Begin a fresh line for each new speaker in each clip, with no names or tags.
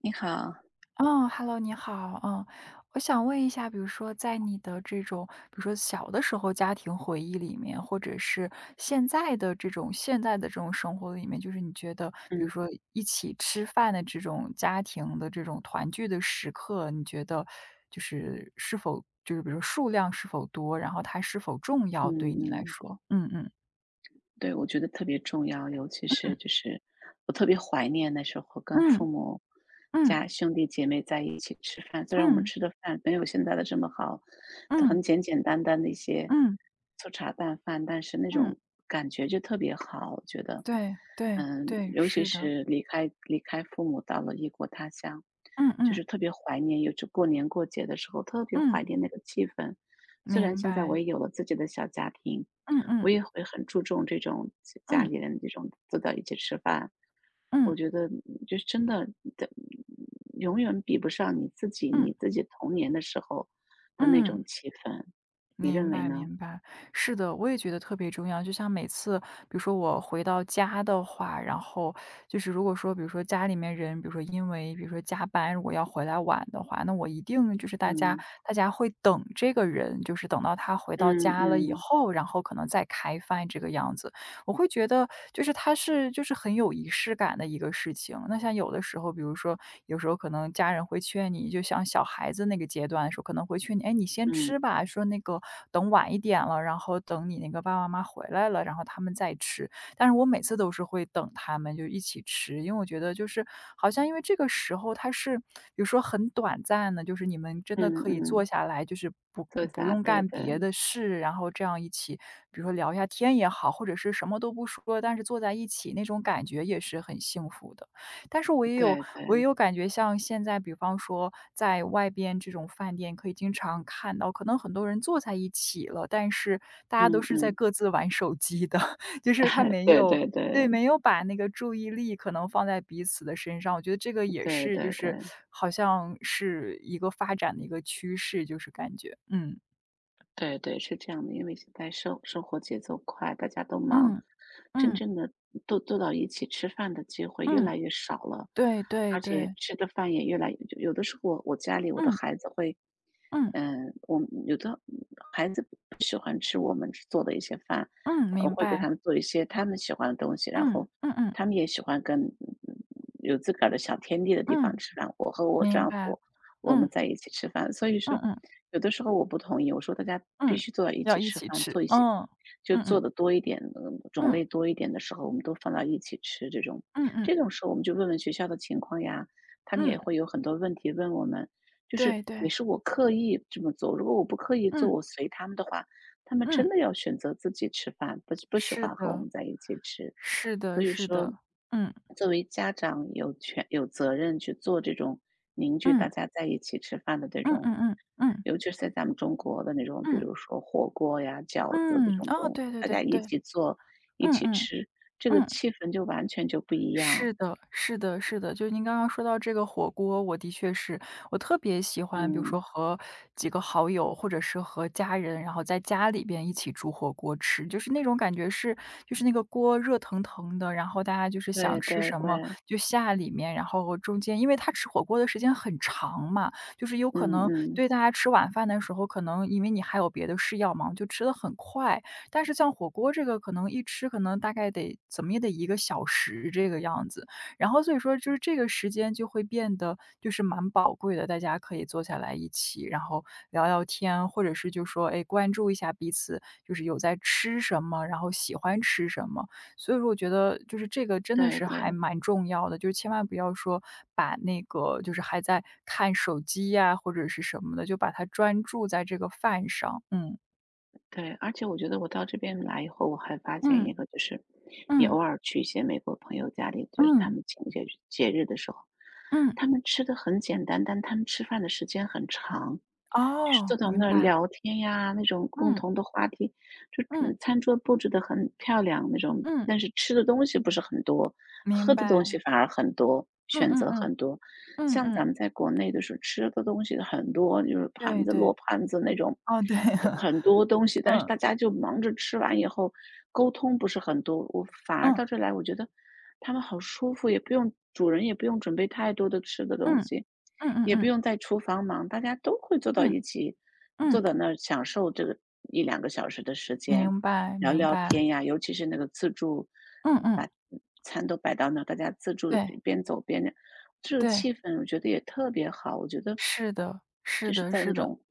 你好，
哦，hello 你好，我想问一下，比如说在你的这种，比如说小的时候家庭回忆里面，或者是现在的这种生活里面，就是你觉得，比如
嗯
说一起吃饭的这种家庭的这种团聚的时刻，你觉得就是是否就是比如说数量是否多，然后它是否重要对
嗯
你来
嗯。
说？嗯嗯
对，我觉得特别重要，尤其是
嗯
就是我特别怀念那时候跟父
嗯
母
嗯
家兄弟姐妹在一起吃饭，虽然我们
嗯
吃的饭没有现在的这么好，都
嗯嗯
很简简单单的一些
嗯，
粗茶淡饭，但是那
嗯
种感觉就特别好，我觉得，
对对
嗯，
对，
尤其
是的，
是离开父母到了异国他乡，
嗯
就
嗯
是特别怀念，尤其过年过节的时候特别
嗯。
怀念那个气氛。虽然
明
现在我
白，
也有了自己的小家庭。
嗯
我
嗯
也会很注重这种家
嗯
里人这种坐到一起吃饭。
嗯
我觉得嗯就是真的的，永远比不上你自己
嗯
你自己童年的时候的那种
嗯，
气氛，你认
明
为
白
呢？
明白，是的，我也觉得特别重要。就像每次，比如说我回到家的话，然后就是如果说，比如说家里面人，比如说因为比如说加班，如果要回来晚的话，那我一定就是大家
嗯
大家会等这个人，就是等到他回到
嗯
家了以
嗯
后，然后可能再开饭这个样子。我会觉得就是它是就是很有仪式感的一个事情。那像有的时候，比如说有时候可能家人会劝你，就像小孩子那个阶段的时候，可能会劝你，哎，你先
嗯
吃吧，说那个等晚一点了，然后等你那个爸爸妈妈回来了，然后他们再吃。但是我每次都是会等他们就一起吃，因为我觉得就是好像因为这个时候它是，比如说很短暂的，就是你们真的
嗯
可以坐
嗯，
下来，就是不
作
不
家，
用
对
干别
对
的事，然后这样一起比如说聊一下天也好，或者是什么都不说，但是坐在一起那种感觉也是很幸福的。但是我也有
对
我也
对，
有感觉，像现在比方说在外边这种饭店可以经常看到，可能很多人坐在一起了，但是大家都
嗯
是在
嗯，
各自玩手机的，就是他 没
对
有
对
对，
对
没有把那个注意力可能放在彼此的身上。我觉得这个也
对
是就
对
是
对。
好像是一个发展的一个趋势，就是感觉，嗯，
对对，是这样的，因为现在生活节奏快，大家都忙，
嗯，
真
嗯，
正的坐到一起吃饭的机会越
嗯。
来越少了，
对对
而且
对，
吃的饭也越来越有的时候我家里我的
嗯
孩子会
嗯
嗯，我们有的孩子不喜欢吃我们做的一些饭，
嗯，
我
明
会给
白，
他们做一些他们喜欢的东西，然
嗯
后
嗯嗯
他们也喜欢跟有自个儿的小天地的地方
嗯，
吃饭。我和我
明
丈
白，
夫，我们
嗯
在一起吃饭，所以
嗯
说
嗯
有的时候我不同意，我说大家必
嗯，
须坐在一
要
起
一
吃
起
饭，
吃，
做一些
嗯
就
嗯
做
嗯
的多一点，嗯，种
嗯
类多一点的时候，我们都放到一起吃这种。
嗯嗯
这种时候我们就问问学校的情况呀，他们也
嗯，
会有很多问题问我们。就是
对
也
对，
是我刻意这么做，如果我不刻意做，
嗯
我随他们的话，他们
嗯，
真的要选择自己吃饭，不不喜
是
欢和我
的，
们在一起吃。
是
所
的，
以
是
说，
的，嗯
作为家长有权有责任去做这种凝聚
嗯
大家在一起吃饭的这
嗯
种，
嗯嗯嗯
尤其是在咱们中国的那种，比
嗯
如说火锅呀、饺子这
嗯，
种
哦，
东西，
对对
大
对
家一
对，
起做、一
嗯
起
嗯
吃，这个
嗯。
气氛就完全就不一样。
是的，是的，是的，就是您刚刚说到这个火锅，我的确是，我特别喜欢，比如说
嗯，
和几个好友或者是和家人，然后在家里边一起煮火锅吃，就是那种感觉是，就是那个锅热腾腾的，然后大家就是想
对
吃
对
什么
对，
就下里面，然后中间，因为他吃火锅的时间很长嘛，就是有可
嗯
能
嗯，
对大家吃晚饭的时候，可能因为你还有别的事要忙，就吃的很快，但是像火锅这个可能一吃可能大概得怎么也得一个小时这个样子，然后所以说就是这个时间就会变得就是蛮宝贵的，大家可以坐下来一起，然后聊聊天，或者是就说，哎，关注一下彼此，就是有在吃什么，然后喜欢吃什么。所以说我觉得就是这个真的
对
是还
对。
蛮重要的，就是千万不要说把那个就是还在看手机呀或者是什么的，就把它专注在这个饭上，嗯。
对，而且我觉得我到这边来以后，我还发现
嗯，
一个，就是也
嗯，
偶尔去一些美国朋友家里，就是他
嗯。
们庆节节日的时候，
嗯，
他们吃的很简单，但他们吃饭的时间很长。就是坐
哦，
到
明
那儿
白。
聊天呀，那种共
嗯，
同的话题，就
嗯，
嗯餐桌布置得很漂亮那种，
嗯，
但是吃的东西不是很多，
明
喝的东
白。
西反而很多，
嗯
选
嗯
择
嗯，
很多。
嗯
像咱
嗯，
们在国内的时候吃的东西很多，就是
对
盘子
对，
落盘子那种，
哦，对，
都 很多东西，但是
嗯，
大家就忙着吃完以后，沟通不是很多。我反而
嗯，
到这来，我觉得他们好舒服，也不用主人也不用准备太多的吃的
嗯，
东西，
嗯嗯
也不
嗯，
用在厨房忙，大家都会坐到
嗯，
一起，坐
嗯，
在那儿享受这个一两个小时的时间，
明白
聊
明
聊
白。
天呀。尤其是那个自助，
嗯
嗯
嗯，
把餐都摆到那儿，大家自助
对
边边走边聊，这个
对，
气氛我觉得也特别好。我觉得
是的，是
就是
的
在
是
那
的，
种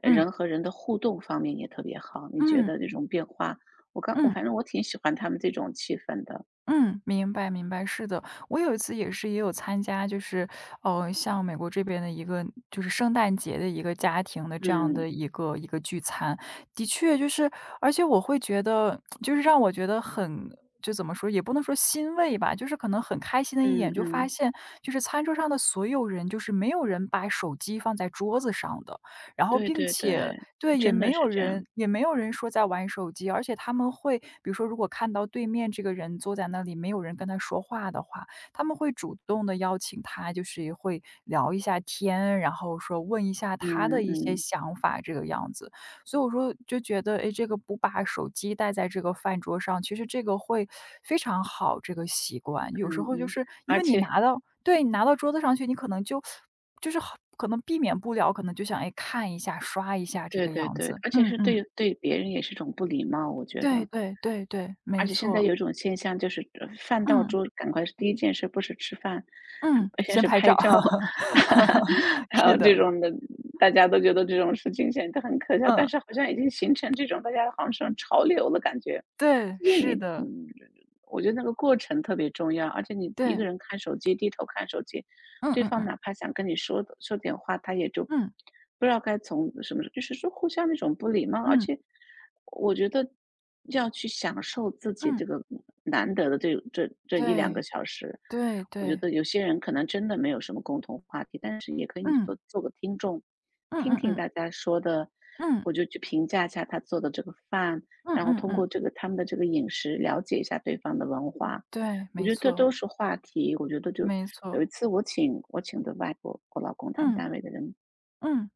嗯，
人和人的互动方面也特别好，你觉
嗯，
得这种变化，我刚我
嗯。
反正我挺喜欢他们这种气氛的，
嗯，明白明白，是的，我有一次也是也有参加，就是，像美国这边的一个就是圣诞节的一个家庭的这样的
嗯。
一个聚餐，的确就是，而且我会觉得，就是让我觉得很，就怎么说，也不能说欣慰吧，就是可能很开心的一
嗯
点，就发
嗯，
现就是餐桌上的所有人，就是没有人把手机放在桌子上的，然后
对
并
对
且
对，
对，也
真
没
的
有
是这
人
样。
也没有人说在玩手机，而且他们会比如说如果看到对面这个人坐在那里，没有人跟他说话的话，他们会主动的邀请他，就是也会聊一下天，然后说问一下他
嗯
的一些
嗯
想法这个样子。所以我说就觉得，哎，这个不把手机带在这个饭桌上，其实这个会非常好这个习惯。有时
嗯
候就
嗯，
是因
而
为你
且
拿到对，你拿到桌子上去，你可能就好可能避免不了，可能就想，哎，看一下、刷一下这
对
个
对
样
对，
子。
而且
嗯
是对
嗯，
对别人也是一种不礼貌，我觉
对
得。
对对对，
而
没
且现在
错。
有一种现象，就是，饭到
嗯
桌赶快是第一件事不是吃饭，
嗯，
先
先
是
拍照。
拍照，然
是
后
的，
这种的，大家都觉得这种事情显得很可笑，但
嗯，
是好像已经形成这种大家好像是种潮流的感觉。
对，
就是
是
你
的，
嗯，我觉得那个过程特别重要，而且你一个
对，
人看手机，低头看手机，
嗯
对
嗯
方
嗯，
哪怕想跟你说的说点话，他也就
嗯
不知道该从什么，就是说互相那种不礼貌。而
嗯
且我觉得要去享受自己
嗯，
这个难得的这一两个
对
小时，
对
我觉
对，
得有些人可能真的没有什么共同话题，但是也可以
嗯
做做个听众，
嗯
听
嗯
听
嗯
大家说的，
嗯
我就去评价一下他做的这个饭，
嗯
然后
嗯
通
嗯，
过这个他们的这个饮食了解一下对方的文化。
对，
我
没
觉得这
错
都是话题。我觉得就
没
有一
错，
次我请的外国我老公他们
嗯
单位的人
嗯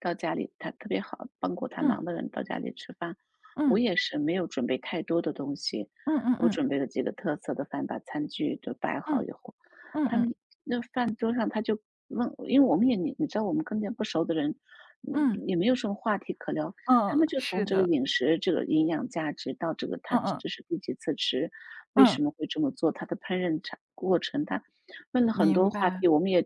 到家里他特别好，帮过他
嗯
忙的人到家里吃饭。我
嗯
也是没有准备太多的东西，
嗯嗯嗯
我
嗯
准备了几个特色的饭，把餐具都摆好
嗯
以后，他
嗯
们那饭桌上他就问，因为我们也你知道我们跟那不熟的人，嗯
嗯，
也没有什么话题可聊，他
嗯，
们就从
是
这个
的，
饮食、这个营养价值到这个
嗯
他
嗯
这是第几次吃，为
嗯。
什么会这么做，他的烹饪产过程，他问了很多
明
话
白，
题，我们也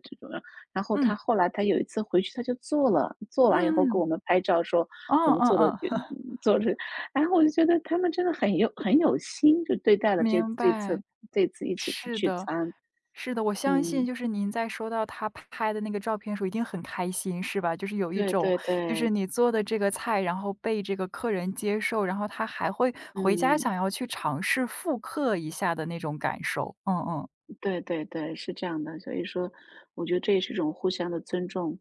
然后他
嗯，
后来他有一次回去他就做了，做
嗯
完以后给
嗯，
我们拍照说
哦，
我们做的
哦，
嗯
嗯，
做的，然后我就觉得他们真的很有心，就对待 了这
明
这次
白，
这次一起
是
聚
的，
餐。
是的，我相信
嗯，
就是您在收到他拍的那个照片的时候一定很开心，是吧？就是有一
对
种，
对
就是
对，
你做的这个菜，然后被这个客人接受，然后他还会回家
嗯。
想要去尝试复刻一下的那种感受，嗯嗯，
对对对，是这样的。所以说，我觉得这也是一种互相的尊重，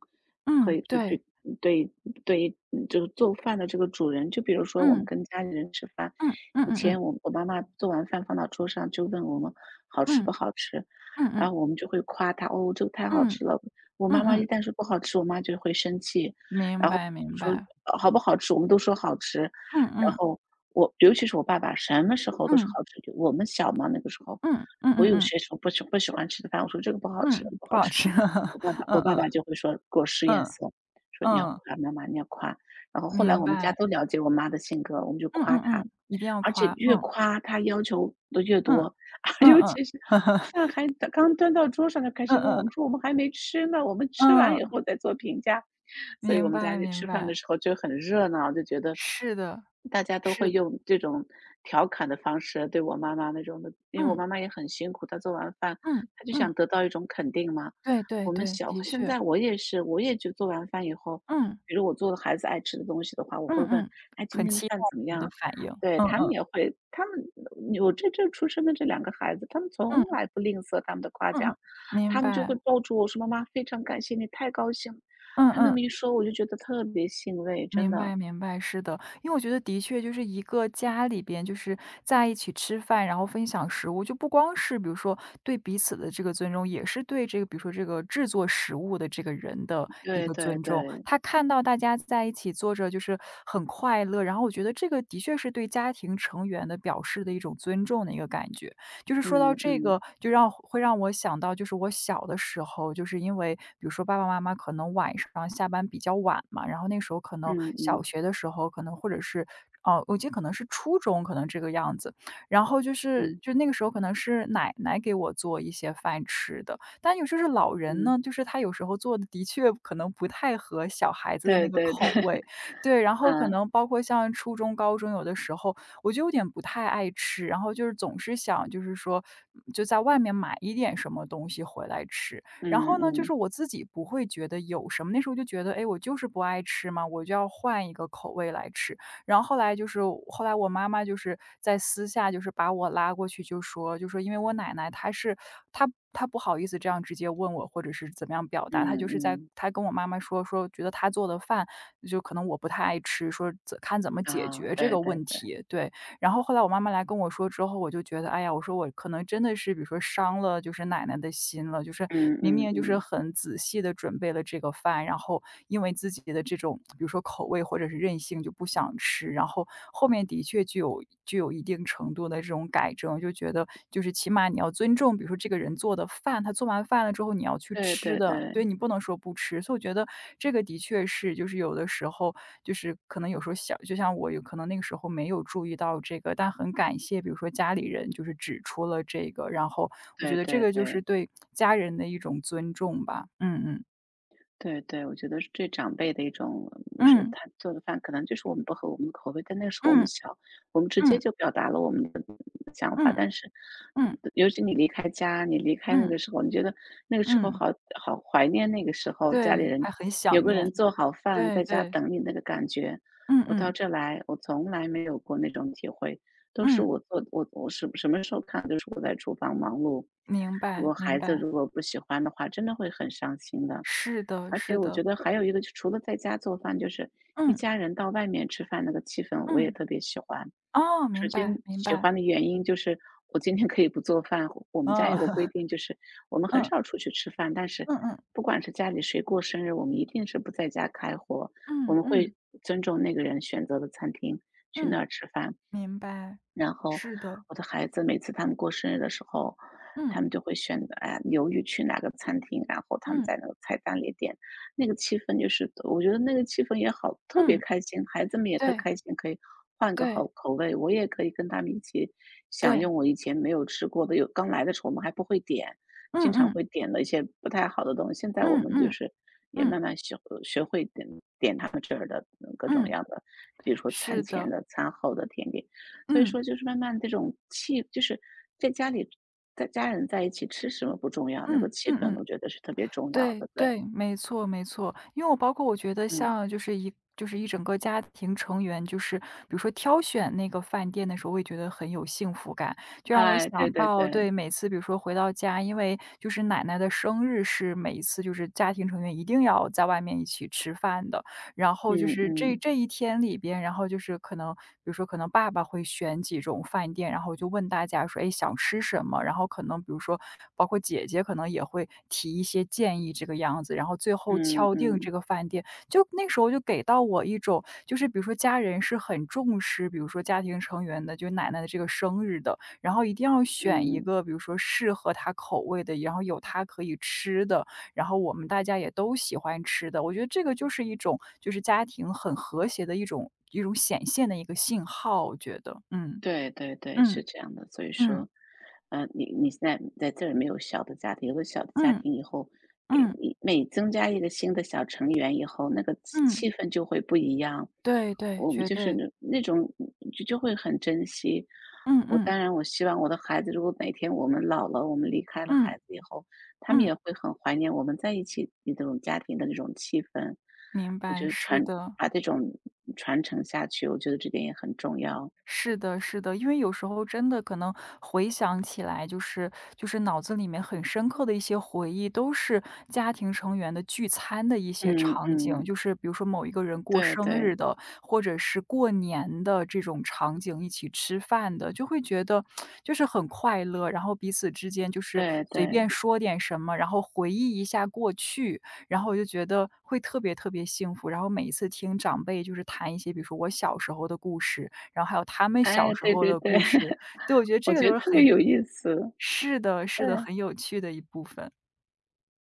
和
嗯，
就
对，
对对对，就是做饭的这个主人。就比如说，我们
嗯
跟家里人吃饭，
嗯
以
嗯嗯
前我妈妈做完饭放到桌上就问我们好
嗯
吃不好吃，
嗯嗯嗯嗯
然
嗯
后我们就会夸她哦，这个太好
嗯，
吃了。我
嗯
妈妈
嗯
一旦说不好吃，我妈就会生气，
明
然后
白明
就说
白，
好不好吃，我们都说好吃。
嗯
然
嗯
后我尤其是我爸爸，什么时候都是
嗯
好吃。就我们小嘛那个时候。
嗯嗯嗯
我
嗯
有
嗯。
些时候不喜欢吃的饭，我说这个不好吃，
嗯，
不
不
好
好
吃。
吃。
我爸爸
嗯
我爸
嗯，
爸就会说给我使眼
嗯，
色，说你要
嗯，
夸妈妈，你要夸。然后后来
明
我们家
白。
都了解我妈的性格，我们就
嗯
夸
嗯
她，
嗯，一定要
而且
夸。
越
嗯，
夸她要求的越
嗯，
多。
嗯
尤
嗯，
其是 饭还刚端到桌上就开
嗯
始问我
嗯，
们说："我们还没吃呢，我们吃完
嗯，
以后再做评价。"所以我
明
们家
白
就
明
吃饭的
白。
时候就很热闹，就觉得
是的，
大家都
是
会
的。
用这种调侃的方式对我妈妈那种的，因为我
嗯，
妈妈也很辛苦，她做完饭，
嗯，
她就
嗯，
想得到一种肯定嘛。
对对
我们
对，
小
的
现
确。
在我也是，我也就做完饭以后，
嗯，
比如我做的孩子爱吃的东西的话，我
嗯
会问：
嗯，
“哎，今
很
天的
期待
饭怎么
你们的
样？"
反应。
对，
嗯
他们
嗯，
也会，他们有这出生的这两个孩子，他们从
嗯，
来不吝啬他们的夸
嗯嗯，
奖，
明
他们就会
白。
抱住我说："妈妈，非常感谢你，太高兴了
嗯
他那
嗯。
么一说，我就觉得特别欣慰，真
明
的。
白明白，是的，因为我觉得的确就是一个家里边就是在一起吃饭，然后分享食物，就不光是比如说对彼此的这个尊重，也是对这个比如说这个制作食物的这个人的一
对
个
对
尊重。
对，
他看到大家在一起坐着就是很快乐，然后我觉得这个的确是对家庭成员的表示的一种尊重的一个感觉。就是说到
嗯
这个，
嗯，
就让会让我想到，就是我小的时候，就是因为比如说爸爸妈妈可能晚上下班比较晚嘛，然后那时候可能
嗯
小
嗯，
学的时候，可能或者是哦，我记得可能是初中，可能这个样子。然后就是
嗯
就那个时候可能是奶奶给我做一些饭吃的，但有时候是老人
嗯，
呢，就是他有时候做的的确可能不太合小孩子的
对
那个
对对，
口 味。对，然后可
嗯，
能包括像初中、高中，有的时候我就有点不太爱吃，然后就是总是想就是说，就在外面买一点什么东西回来吃。然
嗯
后呢，就是
嗯，
我自己不会觉得有什么，那时候就觉得，哎，我就是不爱吃嘛，我就要换一个口味来吃。然后后来就是我妈妈就是在私下就是把我拉过去就说，就说因为我奶奶她是她不好意思这样直接问我，或者是怎么样表
嗯
达，她就是在
嗯，
她跟我妈妈说说，觉得她做的饭就可能我不太爱吃，说怎么解
啊，
决这
对
个
对
问
对，
题。对，然后后来我妈妈来跟我说之后，我就觉得，哎呀，我说我可能真的是，比如说伤了就是奶奶的心了，就是
嗯
明
嗯
明就是
嗯，
很仔细的准备了这个饭，然后因为自己的这种比如说口味或者是任性就不想吃，然后后面的确就有具有一定程度的这种改正，就觉得就是起码你要尊重，比如说这个人做的饭，他做完饭了之后你要去
对
吃
对
的，
对啊，
对你不能说不吃。所以我觉得这个的确是，就是有的时候就是可能有时候小，就像我有可能那个时候没有注意到这个，但很感谢，比如说家里人就是指出了这个，然后
嗯嗯嗯嗯
我觉
啊对
得这
对
个就是
对。
对家人的一种尊重吧。嗯嗯
对对，我觉得是对长辈的一种，就是
嗯
他做的饭可能就是我们不合我们的口味，但那个时候我们
嗯
小，我们直接
嗯
就表达了我们的想法。
嗯
但是，
嗯
尤其你离开家，你离开那
嗯
个时候，你觉得那个时候
嗯。
好好怀念那个时候，家里
对，
人
还很
有
想
个
念，
人做好饭
对
在家
对，
等你那个感觉。
嗯
我到
嗯。
这来，我从来没有过那种体会，都是
嗯，
我做我什么时候看都是我在厨房忙碌。
明
如
白
果
明
孩子
白，
如果不喜欢的话，真的会很伤心的。
是的
而且
是
我觉
的，
得还有一个，就除了在家做饭，就是一
嗯
家人到外面吃饭那个气氛，我也
嗯，
特别喜欢。
哦，
首
明
先
白明
喜
白，
欢的原因就是我今天可以不做饭，我们家
嗯
有个规 定，就是我们很
嗯
少出去吃饭，但是
嗯嗯
不管是家里谁过生日，我们一定是不在家开火，我
嗯
们会
嗯
尊重那个人选择的餐厅去那
嗯，
儿吃饭。
明白，
然后
是的，
我的孩子每次他们过生日的时候，
嗯
他们就会选择，哎呀，犹豫去哪个餐厅，然后他们
嗯
在那个菜单里点，那个气氛就是我觉得那个气氛也好，特别
嗯，
开心，孩子们也特
对
开心，可以换个
对
好口味，我也可以跟他们一起享
对，
用我以前没有吃过的，有刚来的时候我们还不会点，
嗯
经常
嗯
会点的一些不太好的东西，现在我
嗯
们就
嗯
是也
嗯
慢慢学会点他们这儿的嗯各种
嗯，
样的，比如说餐
是
前
的，
的、餐后的甜点。所以
嗯
说就是慢慢这种气就是在家里在家人在一起吃什么不重要，那个
嗯
气
嗯
氛
嗯。
我觉得是特别重要
对
的，对，
对，没错没错。因为我包括我觉得
嗯。
像就是一整个家庭成员，就是比如说挑选那个饭店的时候，我也觉得很有幸福感。就让我
哎，对
想
对
到
对，
对，每次比如说回到家，因为就是奶奶的生日是每一次就是家庭成员一定要在外面一起吃饭的，然后就
嗯
是这
嗯，
这一天里边，然后就是可能比如说可能爸爸会选几种饭店，然后就问大家说：“哎，想吃什么？”然后可能比如说包括姐姐可能也会提一些建议这个样子，然后最后
嗯
敲定这
嗯，
个饭店。就那时候就给到我一种就是比如说家人是很重视，比如说家庭成员的，就奶奶的这个生日的，然后一定要选一
嗯。
个比如说适合她口味的，然后有她可以吃的，然后我们大家也都喜欢吃的。我觉得这个就是一种就是家庭很和谐的一种显现的一个信号，我觉得。嗯，
对对对，
嗯，
是这样的。所以
嗯，
说，嗯，你现在在这儿没有小的家庭，有了小的家
嗯，
庭以后，你
嗯，
你每增加一个新的小成员以后，那个气
嗯，嗯
气氛就会不一样。
对对，
我们
绝
就是
对。
那种就会很珍惜。
嗯
我
嗯，
当然，我希望我的孩子，如果哪天我们老了，我们离开了
嗯，
孩子以后，他们
嗯，
也会很怀念我们在一起的这种家庭的那种气氛。
明
我
白，
觉得
是的。
把这种传承下去，我觉得这点也很重要。
是的，是的，因为有时候真的可能回想起来，就是脑子里面很深刻的一些回忆，都是家庭成员的聚餐的一些
嗯
场景，
嗯，
就是比如说某一个人过
对
生日
对
的，或者是过年的这种场景，一起吃饭的，就会觉得就是很快乐，然后彼此之间就是
对
随
对，
便说点什么，然后回忆一下过去，然后我就觉得会特别特别幸福，然后每一次听长辈就是谈一些，比如说我小时候的故事，然后还有他们小
哎，
时
对
候
对
的
对，
故事，对，我觉得 这
我
个
觉
都
得
是
特别
很
有意思，
是的是的，
对。
很有趣的一部分。